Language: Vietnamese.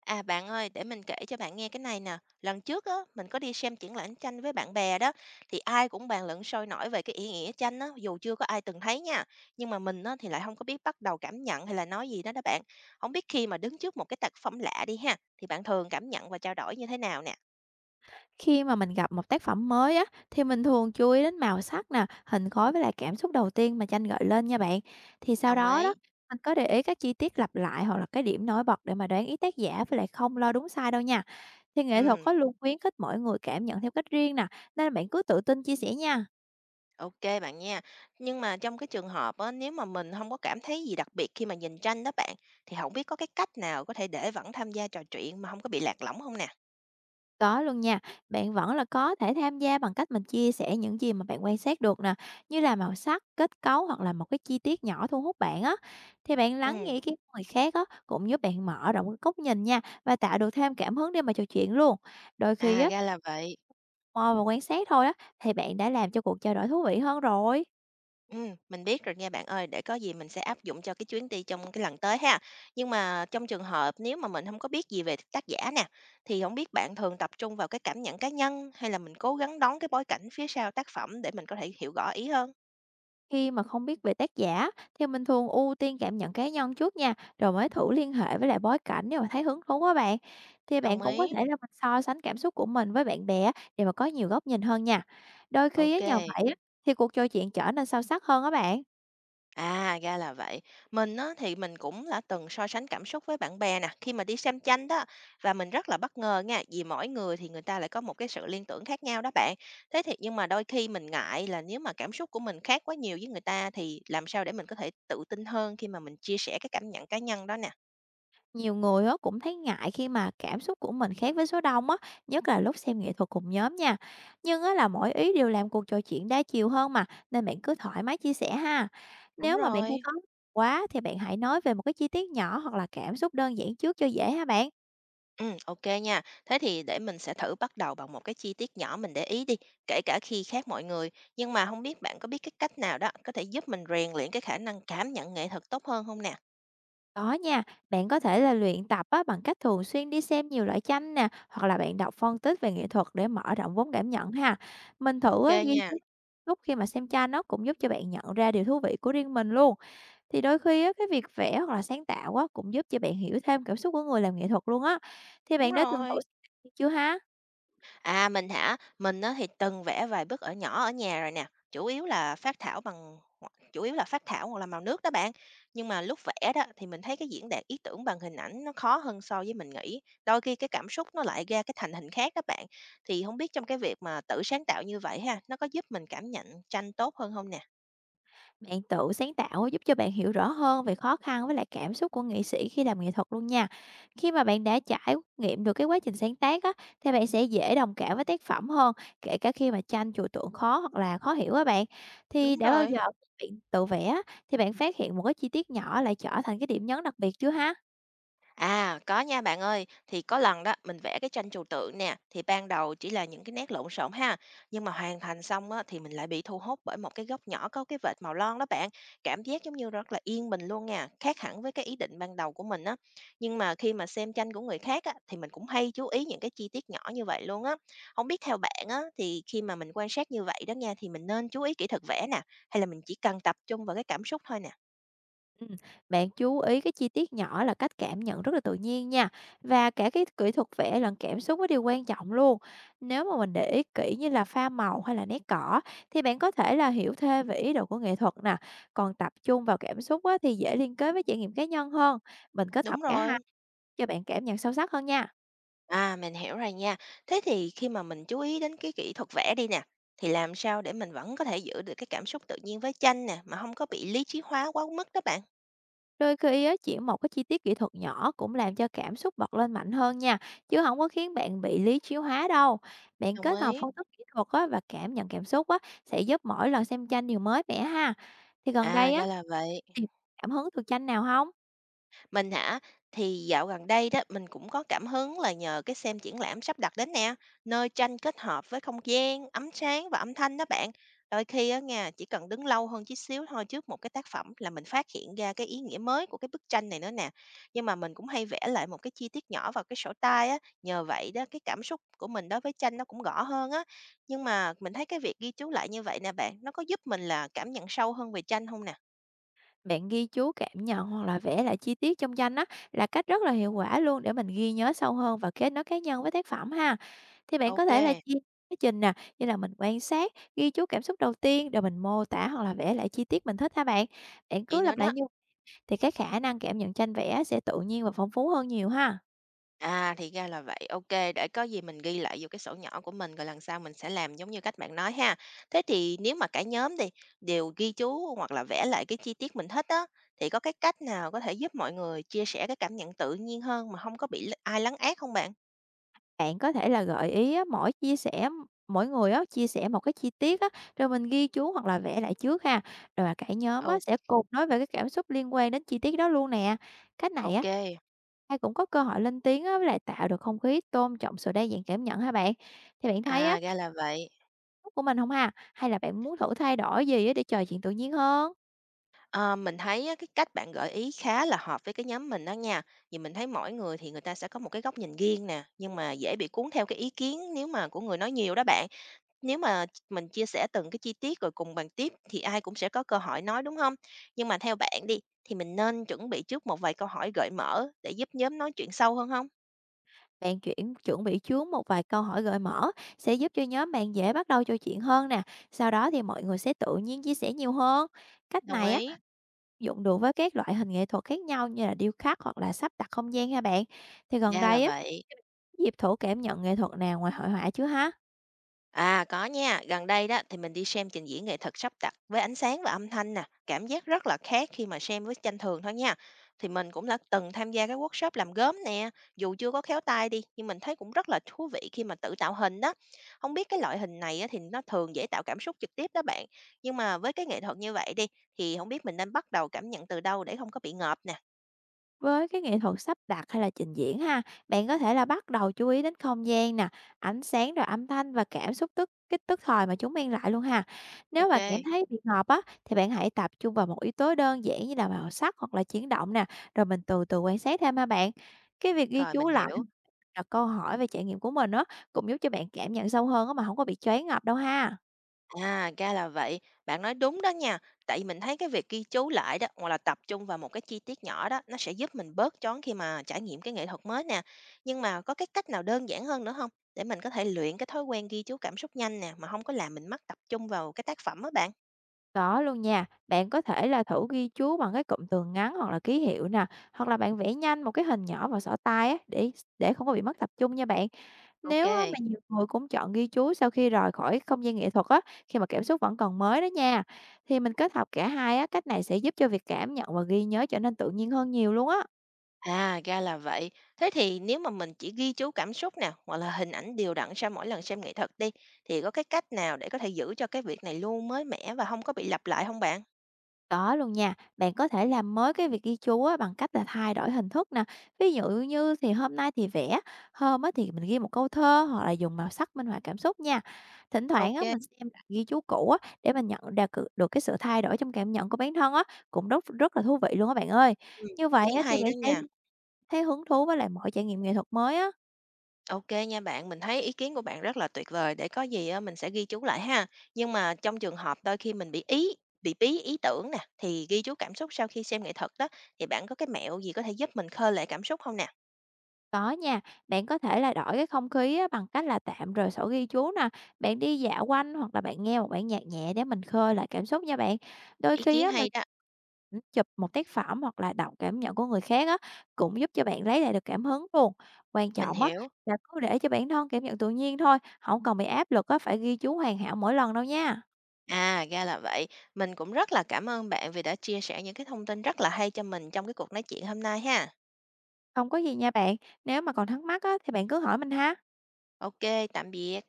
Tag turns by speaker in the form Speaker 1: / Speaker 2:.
Speaker 1: À bạn ơi, để mình kể cho bạn nghe cái này nè. Lần trước á, mình có đi xem triển lãm tranh với bạn bè đó, thì ai cũng bàn luận sôi nổi về cái ý nghĩa tranh á, dù chưa có ai từng thấy nha. Nhưng mà mình á, thì lại không có biết bắt đầu cảm nhận hay là nói gì đó đó bạn. Không biết khi mà đứng trước một cái tác phẩm lạ đi ha, thì bạn thường cảm nhận và trao đổi như thế nào nè?
Speaker 2: Khi mà mình gặp một tác phẩm mới á thì mình thường chú ý đến màu sắc nè, hình khối với lại cảm xúc đầu tiên mà tranh gợi lên nha bạn. Thì sau
Speaker 1: Đồng
Speaker 2: đó
Speaker 1: ý.
Speaker 2: đó mình có để ý các chi tiết lặp lại hoặc là cái điểm nổi bật để mà đoán ý tác giả với lại không lo đúng sai đâu nha. Thì nghệ thuật
Speaker 1: Ừ,
Speaker 2: có luôn khuyến khích mỗi người cảm nhận theo cách riêng nè, nên bạn cứ tự tin chia sẻ nha.
Speaker 1: ok bạn nha. Nhưng mà trong cái trường hợp á, nếu mà mình không có cảm thấy gì đặc biệt khi mà nhìn tranh đó bạn, thì không biết có cái cách nào có thể để vẫn tham gia trò chuyện mà không có bị lạc lõng không nè?
Speaker 2: Có luôn nha, bạn vẫn là có thể tham gia bằng cách mình chia sẻ những gì mà bạn quan sát được nè, như là màu sắc, kết cấu hoặc là một cái chi tiết nhỏ thu hút bạn á. Thì bạn lắng nghe
Speaker 1: Ừ.
Speaker 2: ý kiến của người khác á, cũng giúp bạn mở rộng cái góc nhìn nha và tạo được thêm cảm hứng để mà trò chuyện luôn. Đôi khi
Speaker 1: À,
Speaker 2: á,
Speaker 1: ra là vậy.
Speaker 2: mò và quan sát thôi á, thì bạn đã làm cho cuộc trao đổi thú vị hơn rồi.
Speaker 1: Mình biết rồi nha bạn ơi, để có gì mình sẽ áp dụng cho cái chuyến đi trong cái lần tới ha. Nhưng mà trong trường hợp nếu mà mình không có biết gì về tác giả nè, thì không biết bạn thường tập trung vào cái cảm nhận cá nhân hay là mình cố gắng đón cái bối cảnh phía sau tác phẩm để mình có thể hiểu rõ ý hơn?
Speaker 2: Khi mà không biết về tác giả thì mình thường ưu tiên cảm nhận cá nhân trước nha, rồi mới thử liên hệ với lại bối cảnh nếu mà thấy hứng thú quá bạn. Thì bạn
Speaker 1: Đồng
Speaker 2: cũng có
Speaker 1: ý.
Speaker 2: thể là mình so sánh cảm xúc của mình với bạn bè á, để mà có nhiều góc nhìn hơn nha. Đôi
Speaker 1: Ô.
Speaker 2: khi á, nhờ vậy á, thì cuộc trò chuyện trở nên sâu sắc hơn á bạn.
Speaker 1: À, ra là vậy. Mình á, thì mình cũng đã từng so sánh cảm xúc với bạn bè nè, khi mà đi xem tranh đó và mình rất là bất ngờ nha, vì mỗi người thì người ta lại có một cái sự liên tưởng khác nhau đó bạn. Thế thì nhưng mà đôi khi mình ngại là nếu mà cảm xúc của mình khác quá nhiều với người ta thì làm sao để mình có thể tự tin hơn khi mà mình chia sẻ cái cảm nhận cá nhân đó nè.
Speaker 2: Nhiều người á cũng thấy ngại khi mà cảm xúc của mình khác với số đông á, nhất là lúc xem nghệ thuật cùng nhóm nha. Nhưng á là mỗi ý đều làm cuộc trò chuyện đa chiều hơn mà, nên bạn cứ thoải mái chia sẻ ha.
Speaker 1: Đúng
Speaker 2: Nếu mà bạn thấy
Speaker 1: rồi.
Speaker 2: khó quá thì bạn hãy nói về một cái chi tiết nhỏ hoặc là cảm xúc đơn giản trước cho dễ ha bạn.
Speaker 1: Ừ, OK nha. Thế thì để mình sẽ thử bắt đầu bằng một cái chi tiết nhỏ mình để ý đi, kể cả khi khác mọi người. Nhưng mà không biết bạn có biết cái cách nào đó có thể giúp mình rèn luyện cái khả năng cảm nhận nghệ thuật tốt hơn không nè?
Speaker 2: Có nha, bạn có thể là luyện tập á, bằng cách thường xuyên đi xem nhiều loại tranh nè, hoặc là bạn đọc phân tích về nghệ thuật để mở rộng vốn cảm nhận ha. Mình
Speaker 1: OK
Speaker 2: thử á, ghi
Speaker 1: nha.
Speaker 2: chú lúc khi mà xem tranh nó cũng giúp cho bạn nhận ra điều thú vị của riêng mình luôn. Thì đôi khi á, cái việc vẽ hoặc là sáng tạo á, cũng giúp cho bạn hiểu thêm cảm xúc của người làm nghệ thuật luôn á. Thì
Speaker 1: Đúng
Speaker 2: bạn đã từng thử
Speaker 1: rồi.
Speaker 2: sáng tạo chưa ha?
Speaker 1: À, mình hả? Mình á thì từng vẽ vài bức ở nhỏ ở nhà rồi nè, chủ yếu là phác thảo bằng chủ yếu là phác thảo hoặc là màu nước đó bạn. Nhưng mà lúc vẽ đó thì mình thấy cái diễn đạt ý tưởng bằng hình ảnh nó khó hơn so với mình nghĩ. Đôi khi cái cảm xúc nó lại ra cái thành hình khác đó bạn. Thì không biết trong cái việc mà tự sáng tạo như vậy ha, nó có giúp mình cảm nhận tranh tốt hơn không nè?
Speaker 2: Bạn tự sáng tạo á, giúp cho bạn hiểu rõ hơn về khó khăn với lại cảm xúc của nghệ sĩ khi làm nghệ thuật luôn nha. Khi mà bạn đã trải nghiệm được cái quá trình sáng tác á, thì bạn sẽ dễ đồng cảm với tác phẩm hơn, kể cả khi mà tranh trừu tượng khó hoặc là khó hiểu á bạn.
Speaker 1: Đúng
Speaker 2: Thì đã bao
Speaker 1: rồi.
Speaker 2: giờ bạn tự vẽ á, thì bạn phát hiện một cái chi tiết nhỏ lại trở thành cái điểm nhấn đặc biệt chưa ha?
Speaker 1: À, có nha bạn ơi. Thì có lần đó mình vẽ cái tranh trừu tượng nè, thì ban đầu chỉ là những cái nét lộn xộn ha, nhưng mà hoàn thành xong á thì mình lại bị thu hút bởi một cái góc nhỏ có cái vệt màu lon đó bạn. Cảm giác giống như rất là yên bình luôn nha, khác hẳn với cái ý định ban đầu của mình á. Nhưng mà khi mà xem tranh của người khác á thì mình cũng hay chú ý những cái chi tiết nhỏ như vậy luôn á. Không biết theo bạn á thì khi mà mình quan sát như vậy đó nha thì mình nên chú ý kỹ thuật vẽ nè, hay là mình chỉ cần tập trung vào cái cảm xúc thôi nè.
Speaker 2: Ừm, bạn chú ý cái chi tiết nhỏ là cách cảm nhận rất là tự nhiên nha. Và cả cái kỹ thuật vẽ lẫn cảm xúc nó điều quan trọng luôn. Nếu mà mình để ý kỹ như là pha màu hay là nét cỏ thì bạn có thể là hiểu thêm về ý đồ của nghệ thuật nè. Còn tập trung vào cảm xúc á, thì dễ liên kết với trải nghiệm cá nhân hơn. Mình kết
Speaker 1: Đúng
Speaker 2: hợp cả
Speaker 1: rồi.
Speaker 2: hai cho bạn cảm nhận sâu sắc hơn nha.
Speaker 1: À, mình hiểu rồi nha. Thế thì khi mà mình chú ý đến cái kỹ thuật vẽ đi nè, thì làm sao để mình vẫn có thể giữ được cái cảm xúc tự nhiên với tranh nè, mà không có bị lý trí hóa quá mức đó bạn?
Speaker 2: Đôi khi á, chỉ một cái chi tiết kỹ thuật nhỏ cũng làm cho cảm xúc bật lên mạnh hơn nha, chứ không có khiến bạn bị lý trí hóa đâu. Bạn
Speaker 1: Đồng
Speaker 2: kết hợp
Speaker 1: ý.
Speaker 2: phân tích kỹ thuật á, và cảm nhận cảm xúc á, sẽ giúp mỗi lần xem tranh điều mới mẻ ha. Thì gần
Speaker 1: À,
Speaker 2: đây á,
Speaker 1: ra là vậy.
Speaker 2: thì cảm hứng từ tranh nào không?
Speaker 1: Mình hả? Thì dạo gần đây đó, mình cũng có cảm hứng là nhờ cái xem triển lãm sắp đặt đến nè, nơi tranh kết hợp với không gian, ánh sáng và âm thanh đó bạn. Đôi khi á nha, chỉ cần đứng lâu hơn chút xíu thôi trước một cái tác phẩm là mình phát hiện ra cái ý nghĩa mới của cái bức tranh này nữa nè. Nhưng mà mình cũng hay vẽ lại một cái chi tiết nhỏ vào cái sổ tay á, nhờ vậy đó cái cảm xúc của mình đối với tranh nó cũng rõ hơn á. Nhưng mà mình thấy cái việc ghi chú lại như vậy nè bạn, nó có giúp mình là cảm nhận sâu hơn về tranh không nè?
Speaker 2: Bạn ghi chú cảm nhận hoặc là vẽ lại chi tiết trong tranh á là cách rất là hiệu quả luôn để mình ghi nhớ sâu hơn và kết nối cá nhân với tác phẩm ha. Thì bạn có
Speaker 1: Ok,
Speaker 2: thể là chia quá trình nè, như là mình quan sát, ghi chú cảm xúc đầu tiên rồi mình mô tả hoặc là vẽ lại chi tiết mình thích ha bạn. Bạn
Speaker 1: vậy
Speaker 2: cứ
Speaker 1: nữa
Speaker 2: lặp
Speaker 1: đó.
Speaker 2: lại như thì cái khả năng cảm nhận tranh vẽ sẽ tự nhiên và phong phú hơn nhiều ha.
Speaker 1: À, thì ra là vậy, ok, để có gì mình ghi lại vô cái sổ nhỏ của mình, rồi lần sau mình sẽ làm giống như cách bạn nói ha. Thế thì nếu mà cả nhóm đi, đều ghi chú hoặc là vẽ lại cái chi tiết mình thích á, thì có cái cách nào có thể giúp mọi người chia sẻ cái cảm nhận tự nhiên hơn mà không có bị ai lấn át không bạn?
Speaker 2: Bạn có thể là gợi ý á, mỗi chia sẻ mỗi người á, chia sẻ một cái chi tiết á, rồi mình ghi chú hoặc là vẽ lại trước ha. Rồi cả nhóm
Speaker 1: Ô.
Speaker 2: á, sẽ cùng nói về cái cảm xúc liên quan đến chi tiết đó luôn nè. Cách
Speaker 1: Ô.
Speaker 2: này á, ai cũng có cơ hội lên tiếng á, với lại tạo được không khí tôn trọng sự đa dạng cảm nhận ha bạn. Thì bạn thấy á,
Speaker 1: À, ra là vậy.
Speaker 2: của mình không ha? Hay là bạn muốn thử thay đổi gì á, để trò chuyện tự nhiên hơn?
Speaker 1: Ờ, mình thấy á, cái cách bạn gợi ý khá là hợp với cái nhóm mình đó nha, vì mình thấy mỗi người thì người ta sẽ có một cái góc nhìn riêng nè, nhưng mà dễ bị cuốn theo cái ý kiến nếu mà của người nói nhiều đó bạn. Nếu mà mình chia sẻ từng cái chi tiết rồi cùng bàn tiếp thì ai cũng sẽ có cơ hội nói, đúng không? Nhưng mà theo bạn đi, thì mình nên chuẩn bị trước một vài câu hỏi gợi mở để giúp nhóm nói chuyện sâu hơn không?
Speaker 2: Bạn chuẩn bị trước một vài câu hỏi gợi mở sẽ giúp cho nhóm bạn dễ bắt đầu trò chuyện hơn nè. Sau đó thì mọi người sẽ tự nhiên chia sẻ nhiều hơn. Cách
Speaker 1: Đồng
Speaker 2: này á
Speaker 1: ý.
Speaker 2: dụng được với các loại hình nghệ thuật khác nhau như là điêu khắc hoặc là sắp đặt không gian ha bạn. Thì gần
Speaker 1: Ra là
Speaker 2: đây á,
Speaker 1: vậy.
Speaker 2: dịp thử cảm nhận nghệ thuật nào ngoài hội họa chứ ha?
Speaker 1: À, có nha, gần đây đó thì mình đi xem trình diễn nghệ thuật sắp đặt với ánh sáng và âm thanh nè, cảm giác rất là khác khi mà xem với tranh thường thôi nha. Thì mình cũng đã từng tham gia cái workshop làm gốm nè, dù chưa có khéo tay đi nhưng mình thấy cũng rất là thú vị khi mà tự tạo hình đó. Không biết cái loại hình này á, thì nó thường dễ tạo cảm xúc trực tiếp đó bạn. Nhưng mà với cái nghệ thuật như vậy đi thì không biết mình nên bắt đầu cảm nhận từ đâu để không có bị ngợp nè.
Speaker 2: Với cái nghệ thuật sắp đặt hay là trình diễn ha, bạn có thể là bắt đầu chú ý đến không gian nè, ánh sáng rồi âm thanh và cảm xúc kích thời mà chúng mang lại luôn ha. Nếu
Speaker 1: Ok.
Speaker 2: mà cảm thấy bị ngợp á thì bạn hãy tập trung vào một yếu tố đơn giản như là màu sắc hoặc là chuyển động nè, rồi mình từ từ quan sát thêm ha bạn. Cái việc ghi
Speaker 1: Rồi
Speaker 2: chú
Speaker 1: mình
Speaker 2: lại
Speaker 1: hiểu.
Speaker 2: là câu hỏi về trải nghiệm của mình á cũng giúp cho bạn cảm nhận sâu hơn á mà không có bị choáng ngợp đâu ha.
Speaker 1: À, ra là vậy. Bạn nói đúng đó nha. Tại mình thấy cái việc ghi chú lại đó, hoặc là tập trung vào một cái chi tiết nhỏ đó, nó sẽ giúp mình bớt chón khi mà trải nghiệm cái nghệ thuật mới nè. Nhưng mà có cái cách nào đơn giản hơn nữa không? Để mình có thể luyện cái thói quen ghi chú cảm xúc nhanh nè, mà không có làm mình mất tập trung vào cái tác phẩm á bạn.
Speaker 2: Có luôn nha, bạn có thể là thử ghi chú bằng cái cụm từ ngắn hoặc là ký hiệu nè, hoặc là bạn vẽ nhanh một cái hình nhỏ vào sổ tay á, để không có bị mất tập trung nha bạn.
Speaker 1: Ok.
Speaker 2: Nếu á, mà nhiều người cũng chọn ghi chú sau khi rời khỏi không gian nghệ thuật á, khi mà cảm xúc vẫn còn mới đó nha, thì mình kết hợp cả hai á, cách này sẽ giúp cho việc cảm nhận và ghi nhớ trở nên tự nhiên hơn nhiều luôn á.
Speaker 1: À, ra là vậy. Thế thì nếu mà mình chỉ ghi chú cảm xúc nè, hoặc là hình ảnh đều đặn sau mỗi lần xem nghệ thuật đi, thì có cái cách nào để có thể giữ cho cái việc này luôn mới mẻ và không có bị lặp lại không bạn?
Speaker 2: Có luôn nha, bạn có thể làm mới cái việc ghi chú á, bằng cách là thay đổi hình thức nè. Ví dụ như thì hôm nay thì vẽ, hôm á thì mình ghi một câu thơ hoặc là dùng màu sắc minh họa cảm xúc nha. Thỉnh thoảng
Speaker 1: Ok.
Speaker 2: á, mình xem lại ghi chú cũ á, để mình được cái sự thay đổi trong cảm nhận của bản thân á, cũng rất rất là thú vị luôn á bạn ơi.
Speaker 1: Ừ,
Speaker 2: Như
Speaker 1: ý
Speaker 2: vậy
Speaker 1: kiến
Speaker 2: á, thì
Speaker 1: hay đó
Speaker 2: bạn sẽ
Speaker 1: nha.
Speaker 2: thấy hứng thú với lại mọi trải nghiệm nghệ thuật mới á.
Speaker 1: OK nha bạn, mình thấy ý kiến của bạn rất là tuyệt vời, để có gì á mình sẽ ghi chú lại ha. Nhưng mà trong trường hợp đôi khi mình bị ý bị bí ý tưởng nè, thì ghi chú cảm xúc sau khi xem nghệ thuật đó, thì bạn có cái mẹo gì có thể giúp mình khơi lại cảm xúc không nè?
Speaker 2: Có nha, bạn có thể là đổi cái không khí á, bằng cách là tạm rời sổ ghi chú nè, bạn đi dạo quanh hoặc là bạn nghe một bản nhạc nhẹ để mình khơi lại cảm xúc nha bạn. Đôi
Speaker 1: Ý
Speaker 2: khi
Speaker 1: kiến
Speaker 2: á, mình
Speaker 1: hay đó,
Speaker 2: cũng chụp một tác phẩm hoặc là đọc cảm nhận của người khác á, cũng giúp cho bạn lấy lại được cảm hứng luôn. Quan
Speaker 1: mình
Speaker 2: trọng á,
Speaker 1: hiểu.
Speaker 2: là cứ để cho bản thân cảm nhận tự nhiên thôi, không cần bị áp lực á, phải ghi chú hoàn hảo mỗi lần đâu nha.
Speaker 1: À, ra là vậy. Mình cũng rất là cảm ơn bạn vì đã chia sẻ những cái thông tin rất là hay cho mình trong cái cuộc nói chuyện hôm nay ha.
Speaker 2: Không có gì nha bạn, nếu mà còn thắc mắc á, thì bạn cứ hỏi mình ha.
Speaker 1: OK, tạm biệt.